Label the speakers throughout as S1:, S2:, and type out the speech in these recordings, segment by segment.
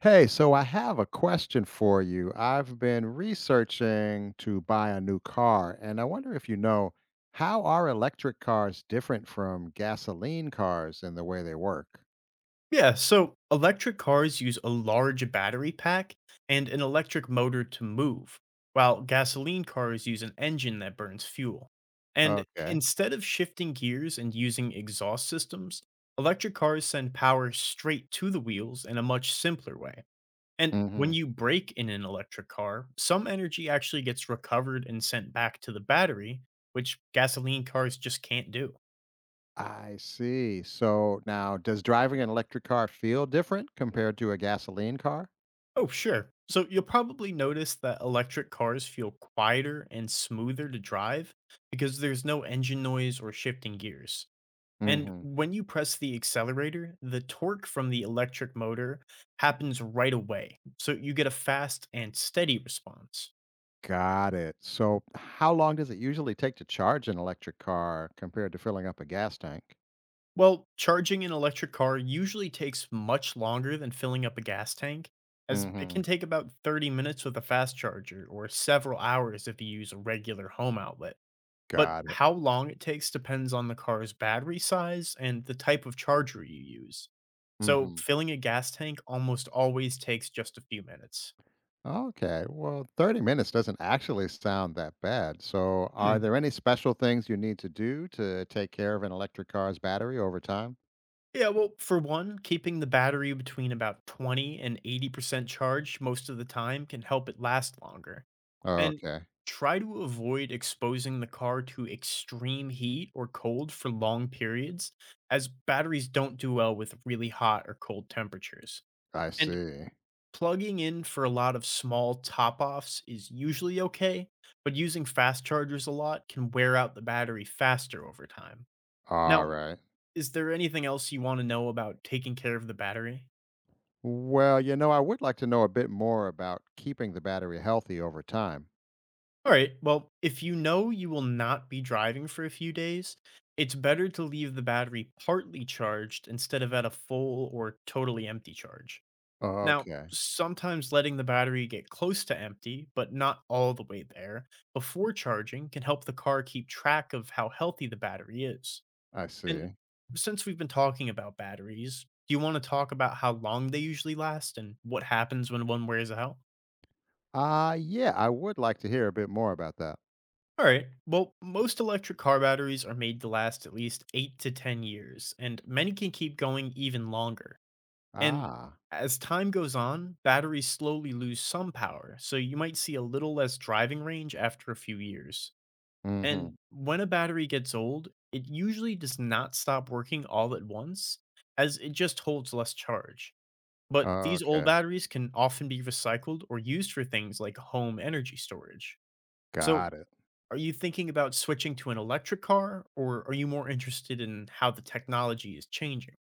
S1: Hey, so I have a question for you. I've been researching to buy a new car, and I wonder if you know, how are electric cars different from gasoline cars in the way they work?
S2: Yeah, so electric cars use a large battery pack and an electric motor to move, while gasoline cars use an engine that burns fuel. And
S1: Okay.
S2: instead of shifting gears and using exhaust systems, electric cars send power straight to the wheels in a much simpler way. And when
S1: Hmm.
S2: you brake in an electric car, some energy actually gets recovered and sent back to the battery, which gasoline cars just can't do.
S1: I see. So now, does driving an electric car feel different compared to a gasoline car?
S2: Oh, sure. So you'll probably notice that electric cars feel quieter and smoother to drive because there's no engine noise or shifting gears. And
S1: Hmm.
S2: when you press the accelerator, the torque from the electric motor happens right away. So you get a fast and steady response.
S1: Got it. So, how long does it usually take to charge an electric car compared to filling up a gas tank?
S2: Well, charging an electric car usually takes much longer than filling up a gas tank, as it can
S1: Hmm.
S2: take about 30 minutes with a fast charger or several hours if you use a regular home outlet. But
S1: Got it.
S2: how long it takes depends on the car's battery size and the type of charger you use. So,
S1: Hmm.
S2: filling a gas tank almost always takes just a few minutes.
S1: Okay, well, 30 minutes doesn't actually sound that bad. So,
S2: Hmm.
S1: are there any special things you need to do to take care of an electric car's battery over time?
S2: Yeah, well, for one, keeping the battery between about 20 and 80% charged most of the time can help it last longer. And
S1: Okay.
S2: try to avoid exposing the car to extreme heat or cold for long periods, as batteries don't do well with really hot or cold temperatures.
S1: I
S2: And
S1: see.
S2: plugging in for a lot of small top offs is usually okay, but using fast chargers a lot can wear out the battery faster over time.
S1: All
S2: Now,
S1: right.
S2: is there anything else you want to know about taking care of the battery?
S1: Well, you know, I would like to know a bit more about keeping the battery healthy over time.
S2: All right, well, if you know you will not be driving for a few days, it's better to leave the battery partly charged instead of at a full or totally empty charge. Now,
S1: Okay.
S2: sometimes letting the battery get close to empty, but not all the way there, before charging can help the car keep track of how healthy the battery is.
S1: I
S2: And
S1: see.
S2: since we've been talking about batteries, do you want to talk about how long they usually last and what happens when one wears out?
S1: Yeah, I would like to hear a bit more about that.
S2: All right. Well, most electric car batteries are made to last at least 8 to 10 years, and many can keep going even longer. And
S1: Ah.
S2: as time goes on, batteries slowly lose some power, so you might see a little less driving range after a few years.
S1: Mm hmm.
S2: And when a battery gets old, it usually does not stop working all at once, as it just holds less charge. But these old
S1: Okay,
S2: batteries can often be recycled or used for things like home energy storage. So,
S1: got it.
S2: are you thinking about switching to an electric car, or are you more interested in how the technology is changing?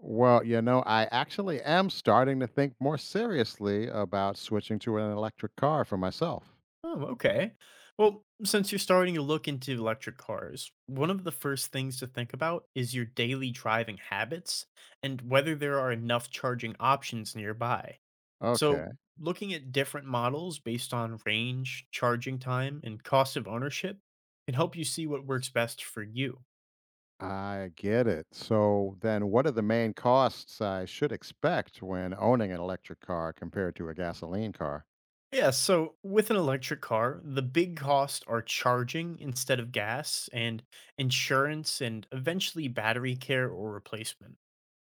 S1: Well, you know, I actually am starting to think more seriously about switching to an electric car for myself.
S2: Oh, okay. Well, since you're starting to look into electric cars, one of the first things to think about is your daily driving habits and whether there are enough charging options nearby. So,
S1: Okay,
S2: looking at different models based on range, charging time, and cost of ownership can help you see what works best for you.
S1: I get it. So then, what are the main costs I should expect when owning an electric car compared to a gasoline car?
S2: Yeah, so with an electric car, the big costs are charging instead of gas and insurance and eventually battery care or replacement.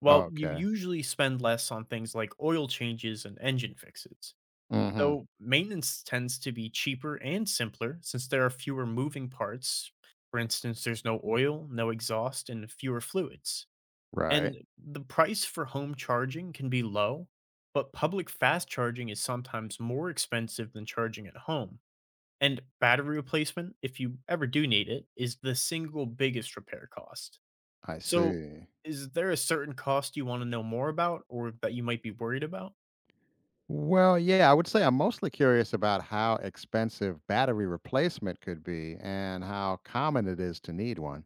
S2: While you
S1: Okay.
S2: usually spend less on things like oil changes and engine fixes,
S1: Hmm.
S2: though maintenance tends to be cheaper and simpler since there are fewer moving parts. For instance, there's no oil, no exhaust, and fewer fluids.
S1: Right.
S2: And the price for home charging can be low, but public fast charging is sometimes more expensive than charging at home. And battery replacement, if you ever do need it, is the single biggest repair cost.
S1: I
S2: So,
S1: see.
S2: is there a certain cost you want to know more about or that you might be worried about?
S1: Well, yeah, I would say I'm mostly curious about how expensive battery replacement could be and how common it is to need one.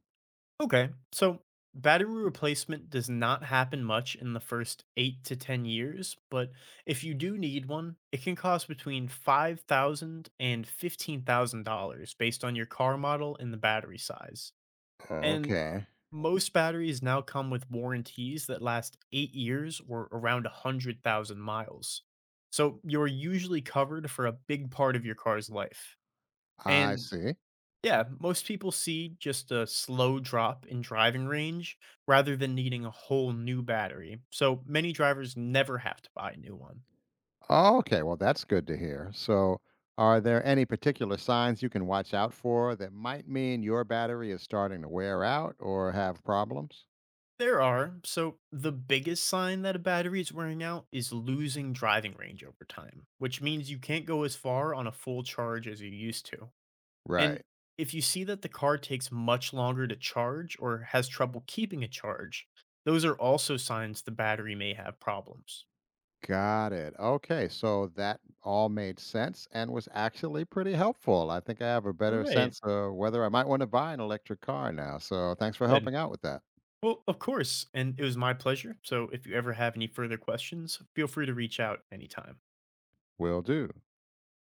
S2: Okay. So battery replacement does not happen much in the first 8 to 10 years, but if you do need one, it can cost between five thousand and fifteen thousand dollars based on your car model and the battery size. And
S1: Okay.
S2: most batteries now come with warranties that last 8 years or around 100,000 miles. So you're usually covered for a big part of your car's life.
S1: I
S2: And
S1: see.
S2: yeah, most people see just a slow drop in driving range rather than needing a whole new battery, so many drivers never have to buy a new one.
S1: Oh, okay. Well, that's good to hear. So, are there any particular signs you can watch out for that might mean your battery is starting to wear out or have problems?
S2: There are, so the biggest sign that a battery is wearing out is losing driving range over time, which means you can't go as far on a full charge as you used to. And
S1: Right.
S2: if you see that the car takes much longer to charge or has trouble keeping a charge, those are also signs the battery may have problems.
S1: Got it. Okay. So, that all made sense and was actually pretty helpful. I think I have a
S2: All
S1: better
S2: right,
S1: sense of whether I might want to buy an electric car now. So, thanks for
S2: good.
S1: helping out with that.
S2: Well, of course, and it was my pleasure. So if you ever have any further questions, feel free to reach out anytime.
S1: Will do.